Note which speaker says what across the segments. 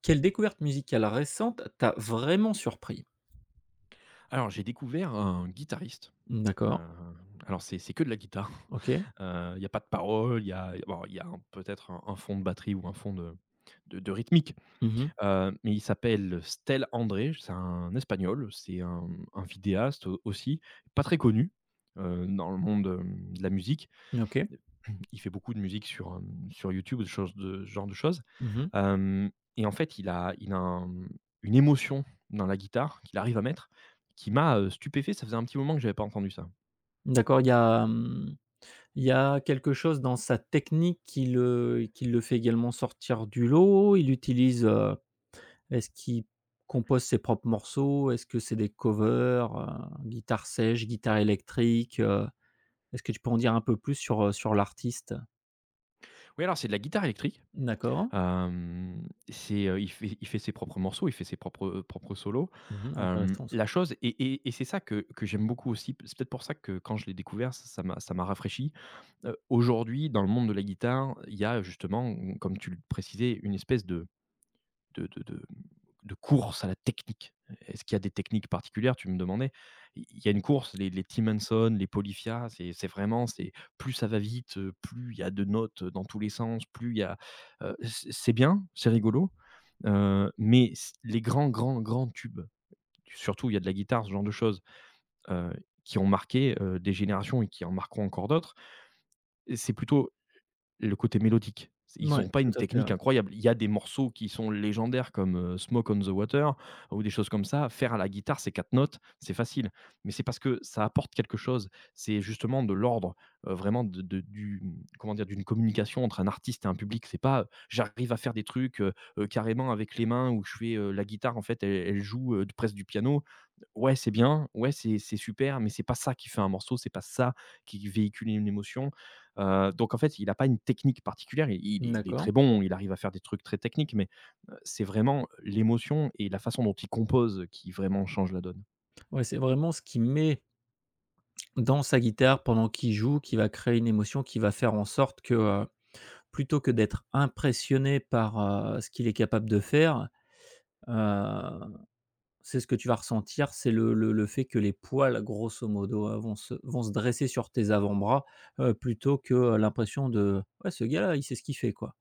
Speaker 1: Quelle découverte musicale récente t'a vraiment surpris?
Speaker 2: Alors, j'ai découvert un guitariste. Heu,
Speaker 1: D'accord,
Speaker 2: alors, c'est que de la guitare.
Speaker 1: OK.
Speaker 2: Il y a pas de paroles, il y a bon, il y a un peut-être un fond de batterie ou un fond de de rythmique.
Speaker 1: Mmh.
Speaker 2: Mais il s'appelle Stel André, c'est un espagnol, c'est un vidéaste, aussi, pas très connu, dans le monde, de la musique.
Speaker 1: OK.
Speaker 2: Il fait beaucoup de musique sur, sur YouTube, des choses de ce genre de choses.
Speaker 1: Mmh.
Speaker 2: Hem Et en fait, il a un, une émotion dans la guitare qu'il arrive à mettre, qui m'a, stupéfait. Ça faisait un petit moment que j'avais pas entendu ça.
Speaker 1: D'accord, il y a quelque chose dans sa technique qui le fait également sortir du lot? Il utilise, est-ce qu'il compose ses propres morceaux? Est-ce que c'est des covers, guitare sèche, guitare électrique? Est-ce que tu peux en dire un peu plus sur l'artiste?
Speaker 2: Oui, alors c'est de la guitare électrique.
Speaker 1: D'accord.
Speaker 2: Hem, c'est il fait ses propres morceaux, il fait ses propres, propres solos.
Speaker 1: Mmh Intéressant ça.
Speaker 2: La chose et c'est ça que j'aime beaucoup aussi. C'est peut-être pour ça que quand je l'ai découvert, ça m'a rafraîchi. Aujourd'hui, dans le monde de la guitare, il y a justement, comme tu le précisais, une espèce de de course à la technique. Est-ce qu'il y a des techniques particulières? Tu me demandais. Il y a une course, les Tim Henson, les Polyphia, c'est vraiment c'est plus ça va vite, plus il y a de notes, dans tous les sens, plus il y a, c'est bien, c'est rigolo, mais c les grands, grands, grands tubes, surtout il y a de la guitare, ce genre de choses, heu, qui ont marqué, des générations et qui en marqueront encore d'autres, c'est plutôt le côté mélodique. Ils
Speaker 1: Mouais,
Speaker 2: ont pas
Speaker 1: tout
Speaker 2: une
Speaker 1: à fait,
Speaker 2: technique
Speaker 1: ouais.
Speaker 2: incroyable. Il y a des morceaux qui sont légendaires comme, Smoke on the Water ou des choses comme ça. Faire à la guitare ces 4 notes, c'est facile, mais c'est parce que ça apporte quelque chose. C'est justement de l'ordre, vraiment de du comment dire? D'une communication entre un artiste et un public. C'est pas, j'arrive à faire des trucs, carrément avec les mains où je fais, la guitare en fait elle joue, presque du piano. Ouais, c'est bien, ouais, c'est super, mais c'est pas ça qui fait un morceau, c'est pas ça qui véhicule une émotion. Donc en fait, il n'a pas une technique particulière. Il est
Speaker 1: D'accord.
Speaker 2: très bon, il arrive à faire des trucs très techniques, mais c'est vraiment l'émotion et la façon dont il compose qui vraiment change la donne.
Speaker 1: Ouais, c'est vraiment ce qui met dans sa guitare pendant qu'il joue, qui va créer une émotion qui va faire en sorte que plutôt que d'être impressionné par ce qu'il est capable de faire, heu, c'est ce que tu vas ressentir, c'est le fait que les poils grosso modo, vont se dresser sur tes avant-bras, plutôt que, l'impression de: «Ouais ce gars-là, il sait ce qu'il fait quoi».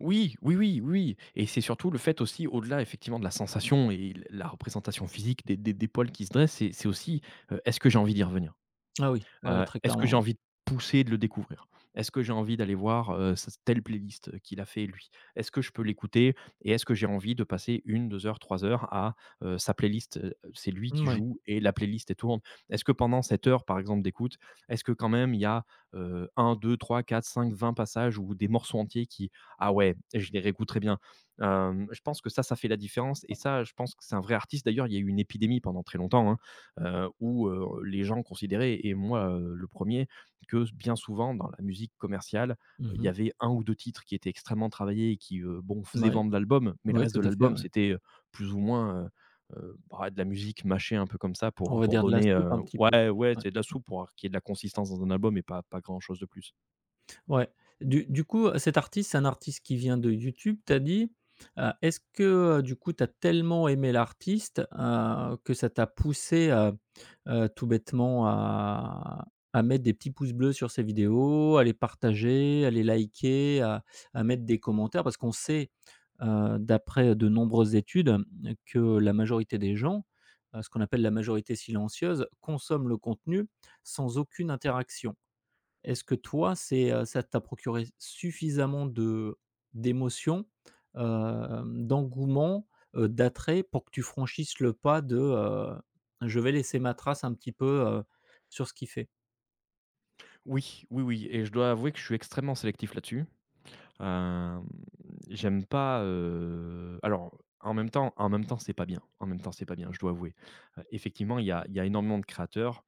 Speaker 2: Oui, oui, oui, oui et c'est surtout le fait aussi, au-delà effectivement de la sensation et l la représentation physique des poils qui se dressent, c'est aussi, est-ce que j'ai envie d'y revenir?
Speaker 1: Ah oui, ouais, très
Speaker 2: Est-ce que j'ai
Speaker 1: clairement.
Speaker 2: envie de pousser, de le découvrir? Est-ce que j'ai envie d'aller voir, s telle playlist, qu'il a fait lui? Est-ce que je peux l'écouter et est-ce que j'ai envie de passer une, deux heures, 3 heures à, sa playlist, c'est lui qui
Speaker 1: Moui.
Speaker 2: joue et la playlist elle tourne? Est-ce que pendant cette heure, par exemple, d'écoute, est-ce que quand même il y a, 1-2-3-4-5-20 passages ou des morceaux entiers qui ah ouais, je les réécouterai bien. Je pense que ça fait la différence et ça, je pense que c'est un vrai artiste. D'ailleurs, il y a eu une épidémie pendant très longtemps, hein, où, les gens considéraient et moi, le premier, que bien souvent dans la musique commerciale,
Speaker 1: Mmh
Speaker 2: il y
Speaker 1: mh.
Speaker 2: avait un ou 2 titres qui étaient extrêmement travaillés et qui, bon faisaient vendre l'album, mais
Speaker 1: Ouais,
Speaker 2: le
Speaker 1: ouais,
Speaker 2: reste
Speaker 1: tout
Speaker 2: de
Speaker 1: à fait,
Speaker 2: l'album
Speaker 1: ouais.
Speaker 2: c'était, plus ou moins, bah, de la musique mâchée un peu comme ça
Speaker 1: On
Speaker 2: pour
Speaker 1: va dire de la
Speaker 2: donner,
Speaker 1: soupe un petit peu.
Speaker 2: ouais, ouais, c'est de la soupe pour qu'il y ait de la consistance dans un album et pas pas grand chose de plus.
Speaker 1: Ouais. Du coup, cet artiste, c'est un artiste qui vient de YouTube, t'as dit. Est-ce que, du coup, t'as tellement aimé l'artiste, que ça t'a poussé tout bêtement à mettre des petits pouces bleus sur ses vidéos, à les partager, à les liker, à mettre des commentaires? Parce qu'on sait, d'après de nombreuses études, que la majorité des gens, ce qu'on appelle la majorité silencieuse, consomment le contenu sans aucune interaction. Est-ce que toi, c'est, ça t'a procuré suffisamment de d'émotions, d'engouement, d'attrait pour que tu franchisses le pas de: «Je vais laisser ma trace un petit peu, sur ce qu'il fait»?
Speaker 2: Oui, oui, oui et je dois avouer que je suis extrêmement sélectif là-dessus. Hem, J'aime pas, alors en même temps, c'est pas bien en même temps, c'est pas bien, je dois avouer. Effectivement, il y a énormément de créateurs.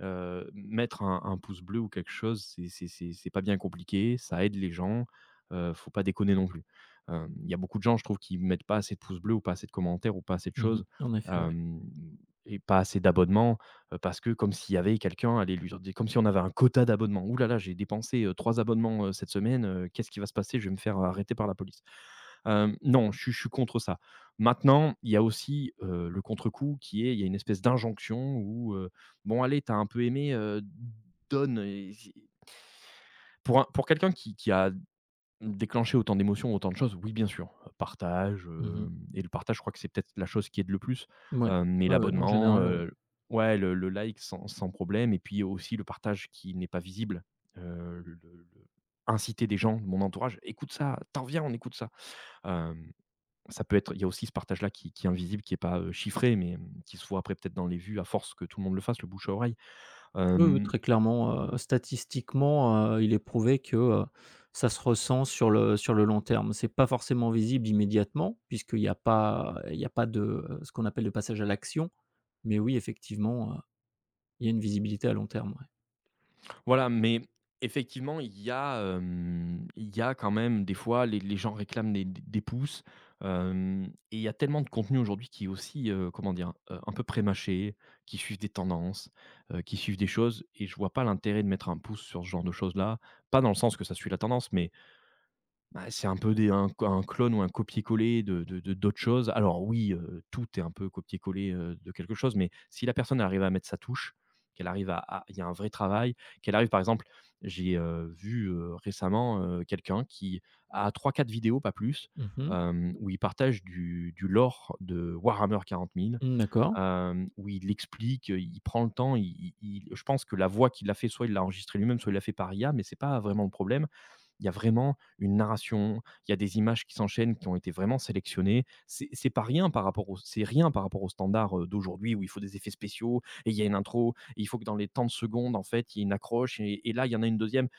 Speaker 2: Mettre un pouce bleu ou quelque chose, c'est pas bien compliqué, ça aide les gens, faut pas déconner non plus. Il y a beaucoup de gens, je trouve, qui mettent pas assez de pouces bleus ou pas assez de commentaires ou pas assez de
Speaker 1: Mmh.
Speaker 2: choses,
Speaker 1: En effet, ouais.
Speaker 2: hem et pas assez d'abonnements, parce que comme s'il y avait quelqu'un, aller lui dire comme si on avait un quota d'abonnements: «Ouh là là, j'ai dépensé, 3 abonnements, cette semaine, qu'est-ce qui va se passer? Je vais me faire, arrêter par la police». Non, je suis contre ça. Maintenant, il y a aussi, le contre-coup qui est, il y a une espèce d'injonction où, bon allez, t'as un peu aimé, donne et si pour un pour quelqu'un qui a déclenché autant d'émotions, autant de choses, oui bien sûr, partage,
Speaker 1: Mmh mh.
Speaker 2: et le partage je crois que c'est peut-être la chose qui aide le plus, mais
Speaker 1: Ouais, ouais, ouais, en
Speaker 2: l'abonnement,
Speaker 1: général, ouais.
Speaker 2: ouais le like sans sans problème et puis aussi le partage qui n'est pas visible, le inciter des gens de mon entourage: «Écoute ça, t'en viens on écoute ça». Hem, Ça peut être il y a aussi ce partage là qui est invisible, qui est pas, chiffré mais, qui se voit après peut-être dans les vues à force que tout le monde le fasse, le bouche à oreille.
Speaker 1: Oui, oui,
Speaker 2: Hem
Speaker 1: très clairement, statistiquement, il est prouvé que, ça se ressent sur le long terme. C'est pas forcément visible immédiatement, puisqu'il y a pas de, ce qu'on appelle le passage à l'action. Mais oui, effectivement, il y a une visibilité à long terme, ouais.
Speaker 2: Voilà, mais effectivement, il y a, il y a quand même des fois les gens réclament des pouces, hem et il y a tellement de contenu aujourd'hui qui est aussi, comment dire? Un peu prémâché, qui suivent des tendances, qui suivent des choses et je vois pas l'intérêt de mettre un pouce sur ce genre de choses-là. Pas dans le sens que ça suit la tendance, mais bah, c'est un peu des un clone ou un copier-coller de d'autres choses. Alors oui, tout est un peu copier-coller, de quelque chose, mais si la personne arrive à mettre sa touche, qu'elle arrive à il y a un vrai travail, qu'elle arrive par exemple, j'ai, vu, récemment, quelqu'un qui a trois quatre vidéos, pas plus,
Speaker 1: Mmh mh.
Speaker 2: où il partage du lore de Warhammer 40 000,
Speaker 1: Mmh, d'accord.
Speaker 2: où il explique, il prend le temps, il je pense que la voix qu'il a fait, soit il l'a enregistrée lui-même, soit il l'a fait par IA, mais c'est pas vraiment le problème. Il y a vraiment une narration, il y a des images qui s'enchaînent, qui ont été vraiment sélectionnées. C'est pas rien par rapport au c'est rien par rapport aux standards, d'aujourd'hui où il faut des effets spéciaux et il y a une intro et il faut que dans les temps de secondes, en fait, il y ait une accroche et là, il y en a une deuxième.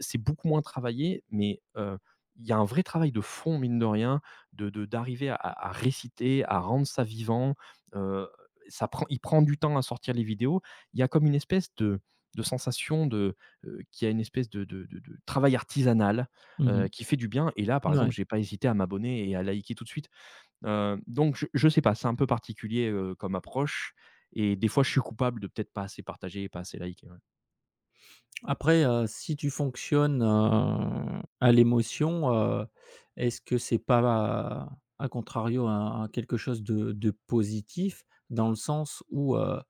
Speaker 2: C'est beaucoup moins travaillé, mais il y a un vrai travail de fond, mine de rien, de d'arriver à réciter, à rendre ça vivant. Heu, Ça prend il prend du temps à sortir les vidéos. Il y a comme une espèce de sensation de qui a une espèce de de travail artisanal,
Speaker 1: Mmh.
Speaker 2: qui fait du bien et là, par exemple,
Speaker 1: Ouais.
Speaker 2: j'ai pas hésité à m'abonner et à liker tout de suite. Donc je sais pas, c'est un peu particulier, comme approche et des fois, je suis coupable de peut-être pas assez partager et pas assez liker, ouais.
Speaker 1: Après, si tu fonctionnes, à l'émotion, est-ce que c'est pas à contrario un quelque chose de positif? Dans le sens où,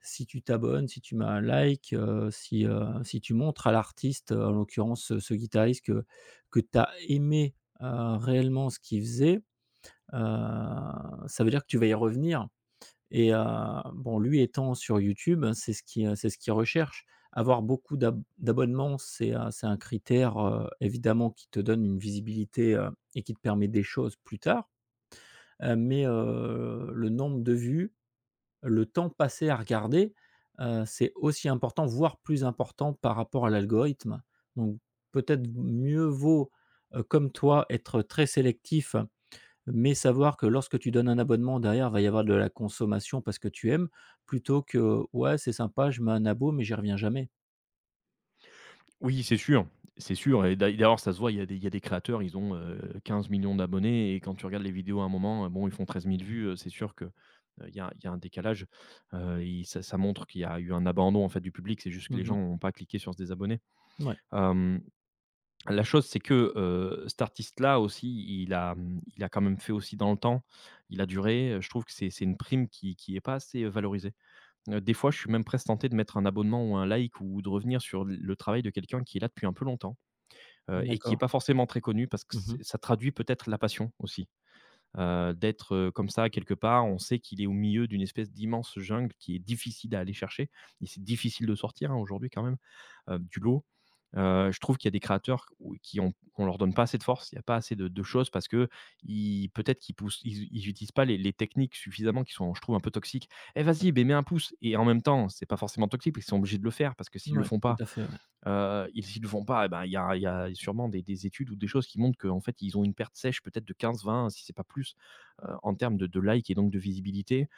Speaker 1: si tu t'abonnes, si tu mets un like, si tu montres à l'artiste, en l'occurrence, ce guitariste que tu as aimé, réellement ce qu'il faisait, heu, ça veut dire que tu vas y revenir et bon, lui étant sur YouTube, c'est ce qu'il recherche. Avoir beaucoup d'abonnements, c'est un critère, évidemment qui te donne une visibilité et qui te permet des choses plus tard, mais le nombre de vues, le temps passé à regarder, c'est aussi important, voire plus important par rapport à l'algorithme. Donc peut-être mieux vaut, comme toi, être très sélectif, mais savoir que lorsque tu donnes un abonnement, derrière, va y avoir de la consommation parce que tu aimes, plutôt que: «Ouais, c'est sympa, je mets un abo, mais j'y reviens jamais».
Speaker 2: Oui, c'est sûr et d'ailleurs, ça se voit, il y a des créateurs, ils ont, 15 millions d'abonnés et quand tu regardes les vidéos à un moment, bon, ils font 13 000 vues, c'est sûr que, il y a un décalage. Il ça ça montre qu'il y a eu un abandon, en fait, du public, c'est juste que les gens
Speaker 1: Mmh.
Speaker 2: n'ont pas cliqué sur se désabonner.
Speaker 1: Ouais,
Speaker 2: Hem La chose, c'est que, cet artiste-là aussi, il a, il a quand même fait aussi dans le temps. Il a duré, je trouve que c'est une prime qui n'est pas assez, valorisée. Des fois, je suis même presque tenté de mettre un abonnement ou un like ou de revenir sur l le travail de quelqu'un qui est là depuis un peu longtemps, et qui n'est
Speaker 1: d'accord.
Speaker 2: pas forcément très connu parce que
Speaker 1: Mmh mh.
Speaker 2: c'est ça traduit peut-être la passion aussi. Comme ça quelque part, on sait qu'il est au milieu d'une espèce d'immense jungle qui est difficile à aller chercher et c'est difficile de sortir, hein, aujourd'hui quand même, du lot. Je trouve qu'il y a des créateurs ou qui ont on leur donne pas assez de force, il y a pas assez de choses parce qu'ils peut-être qu'ils poussent ils utilisent pas les techniques suffisamment qui sont, je trouve, un peu toxiques. «Eh vas-y, ben mets un pouce» et en même temps, c'est pas forcément toxique, ils sont obligés de le faire parce que s'ils le
Speaker 1: Ouais,
Speaker 2: font
Speaker 1: tout
Speaker 2: pas,
Speaker 1: à fait, ouais.
Speaker 2: ils s'ils le font pas, eh ben, il y a sûrement des études ou des choses qui montrent qu'en fait, ils ont une perte sèche peut-être de 15 20 si c'est pas plus, en termes de likes et donc de visibilité.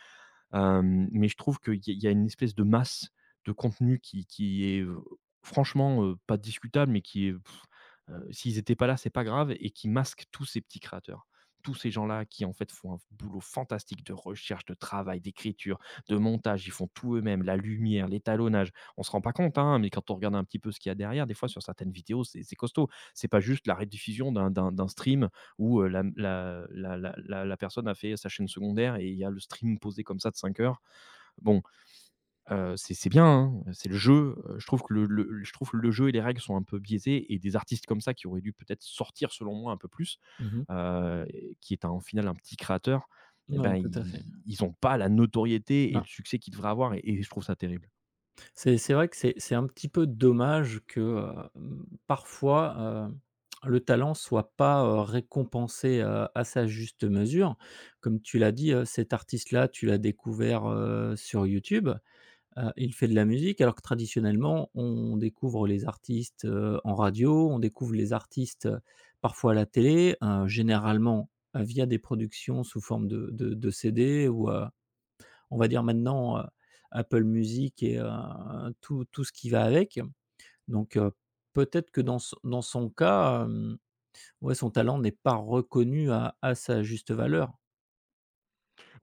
Speaker 2: Hem, mais je trouve qu'il y a une espèce de masse de contenu qui est, franchement, pas discutable, mais qui est, s'ils n'étaient pas là, c'est pas grave et qui masque tous ces petits créateurs. Tous ces gens-là qui, en fait, font un boulot fantastique de recherche, de travail, d'écriture, de montage. Ils font tout eux-mêmes, la lumière, l'étalonnage. On se rend pas compte, hein, mais quand on regarde un petit peu ce qu'il y a derrière, des fois, sur certaines vidéos, c'est costaud. C'est pas juste la rediffusion d'un stream où, la personne a fait sa chaîne secondaire et il y a le stream posé comme ça de 5 heures. Bon, c'est bien, hein, c'est le jeu, je trouve que le jeu et les règles sont un peu biaisés et des artistes comme ça qui auraient dû peut-être sortir selon moi un peu plus,
Speaker 1: Mmh.
Speaker 2: heu, qui est un au final un petit créateur, eh
Speaker 1: Ouais,
Speaker 2: ben,
Speaker 1: tout à fait.
Speaker 2: ils ont pas la notoriété et le
Speaker 1: Non.
Speaker 2: succès qu'ils devraient avoir et je trouve ça terrible.
Speaker 1: C'est vrai que c'est un petit peu dommage que, parfois, le talent soit pas, récompensé, à sa juste mesure. Comme tu l'as dit, cet artiste-là, tu l'as découvert, sur YouTube, il fait de la musique alors que traditionnellement, on découvre les artistes, en radio, on découvre les artistes, parfois à la télé, généralement, via des productions sous forme de CD ou on va dire maintenant, Apple Music et tout ce qui va avec. Donc peut-être que dans son cas, ouais, son talent n'est pas reconnu à sa juste valeur.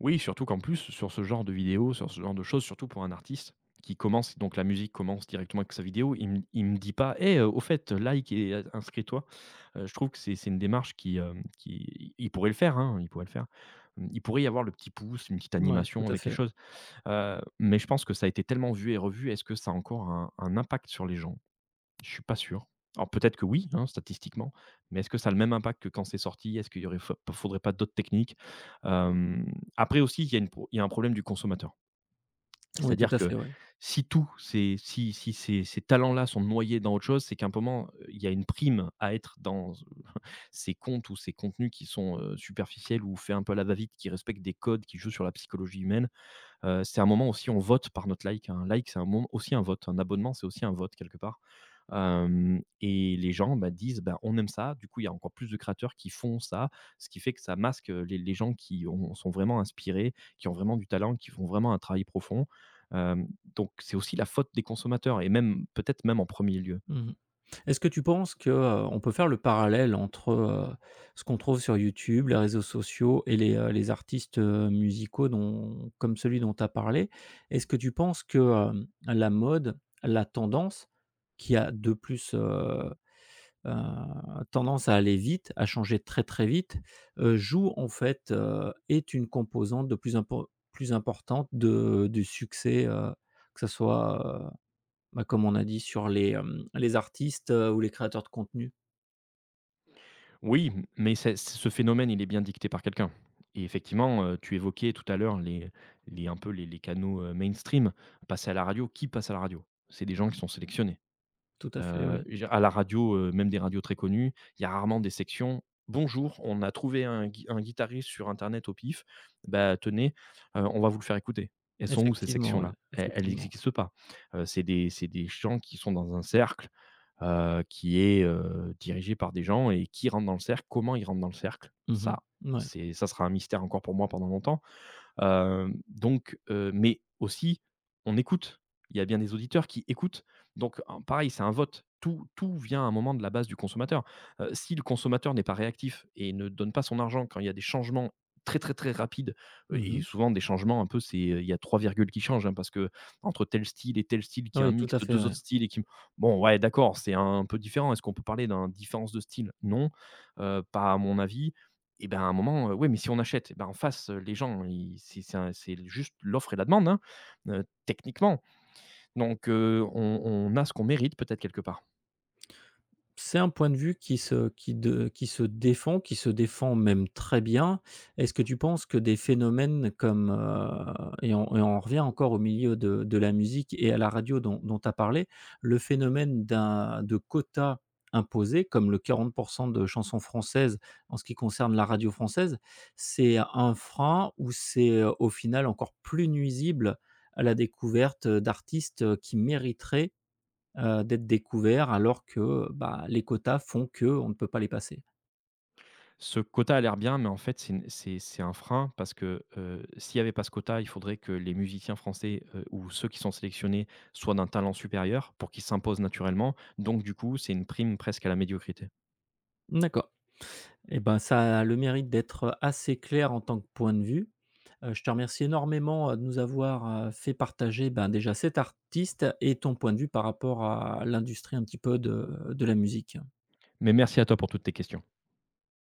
Speaker 2: Oui, surtout qu'en plus, sur ce genre de vidéos, sur ce genre de choses, surtout pour un artiste qui commence, donc la musique commence directement avec sa vidéo, il me dit pas: «Eh, au fait, like et inscris-toi». Je trouve que c'est une démarche qui, qui il pourrait le faire, hein, il pourrait le faire. Mmh, il pourrait y avoir le petit pouce, une petite
Speaker 1: Oui, tout
Speaker 2: animation
Speaker 1: à
Speaker 2: avec quelque
Speaker 1: fait.
Speaker 2: chose, mais je pense que ça a été tellement vu et revu, est-ce que ça a encore un impact sur les gens? Je suis pas sûr. Alors peut-être que oui, hein, statistiquement, mais est-ce que ça a le même impact que quand c'est sorti? Est-ce qu'il y aurait fa faudrait pas d'autres techniques? Hem, après aussi, il y a un problème du consommateur.
Speaker 1: Oui, tout
Speaker 2: C'est-à-dire
Speaker 1: à
Speaker 2: que
Speaker 1: fait, ouais.
Speaker 2: si tout ces si si ces talents-là sont noyés dans autre chose, c'est qu'à un moment, il y a une prime à être dans ces comptes ou ces contenus qui sont, superficiels ou fait un peu à la va-vite, qui respectent des codes, qui jouent sur la psychologie humaine. C'est un moment aussi on vote par notre like. Un like, c'est un moment aussi un vote. Un abonnement, c'est aussi un vote quelque part. Hem et les gens, bah, disent: «Ben, on aime ça». Du coup, il y a encore plus de créateurs qui font ça, ce qui fait que ça masque, les gens qui ont sont vraiment inspirés, qui ont vraiment du talent, qui font vraiment un travail profond. Hem, donc c'est aussi la faute des consommateurs et même peut-être même en premier lieu.
Speaker 1: Mmh. Est-ce que tu penses que, on peut faire le parallèle entre, ce qu'on trouve sur YouTube, les réseaux sociaux et les artistes, musicaux dont comme celui dont tu as parlé? Est-ce que tu penses que, la mode, la tendance qui a de plus, tendance à aller vite, à changer très, très vite, joue en fait, est une composante de plus importante de du succès, que ça soit, bah, comme on a dit sur les artistes, ou les créateurs de contenu.
Speaker 2: Oui, m mais c'est ce phénomène, il est bien dicté par quelqu'un et effectivement, tu évoquais tout à l'heure les un peu les canaux, mainstream. Passer à la radio, qui passe à la radio? C'est des gens qui sont sélectionnés.
Speaker 1: Tout à fait, oui.
Speaker 2: Je à la radio, même des radios très connues, il y a rarement des sections: «Bonjour, on a trouvé un gui un guitariste sur internet au pif, bah, tenez, on va vous le faire écouter». Elles sont où ces
Speaker 1: Effectivement, ouais,
Speaker 2: sections-là? Elles
Speaker 1: effectivement.
Speaker 2: n'existent pas. C'est des gens qui sont dans un cercle, qui est, dirigé par des gens et qui rentre dans le cercle, comment ils rentrent dans le cercle?
Speaker 1: Mmh, ouais.
Speaker 2: Ça,
Speaker 1: Mouais.
Speaker 2: c'est ça sera un mystère encore pour moi pendant longtemps. Mais aussi, on écoute. Il y a bien des auditeurs qui écoutent. Donc en pareil, c'est un vote. Tout vient à un moment de la base du consommateur. Si le consommateur n'est pas réactif et ne donne pas son argent quand il y a des changements très, très, très rapides, et
Speaker 1: Mmh.
Speaker 2: souvent des changements un peu, c'est, il y a 3 virgules qui changent, hein, parce que entre tel style et tel style qui est un
Speaker 1: Oui, tout
Speaker 2: mix
Speaker 1: à
Speaker 2: de
Speaker 1: fait,
Speaker 2: 2
Speaker 1: ouais.
Speaker 2: autres styles et qui bon, ouais, d'accord, c'est un peu différent. Est-ce qu'on peut parler d'un différence de style? Non, pas à mon avis. Et ben, à un moment, oui, mais si on achète, et ben, en face, les gens, ils c'est un c'est juste l'offre et la demande, hein, techniquement. Donc on a ce qu'on mérite peut-être quelque part.
Speaker 1: C'est un point de vue qui se défend, qui se défend même très bien. Est-ce que tu penses que des phénomènes comme et on revient encore au milieu de la musique et à la radio dont tu as parlé, le phénomène d'un de quotas imposés, comme le 40 de chansons françaises en ce qui concerne la radio française, c'est un frein ou c'est, au final encore plus nuisible à la découverte, d'artistes, qui mériteraient d'être découverts alors que, bah, les quotas font que on ne peut pas les passer.
Speaker 2: Ce quota a l'air bien, mais en fait, c'est une c'est un frein parce que, s'il n'y avait pas ce quota, il faudrait que les musiciens français, ou ceux qui sont sélectionnés soient d'un talent supérieur pour qu'ils s'imposent naturellement. Donc du coup, c'est une prime presque à la médiocrité.
Speaker 1: D'accord. Et ben, ça a le mérite d'être assez clair en tant que point de vue. Je te remercie énormément, de nous avoir, fait partager, ben, déjà cet artiste et ton point de vue par rapport à l'industrie un petit peu de la musique.
Speaker 2: Mais merci à toi pour toutes tes questions.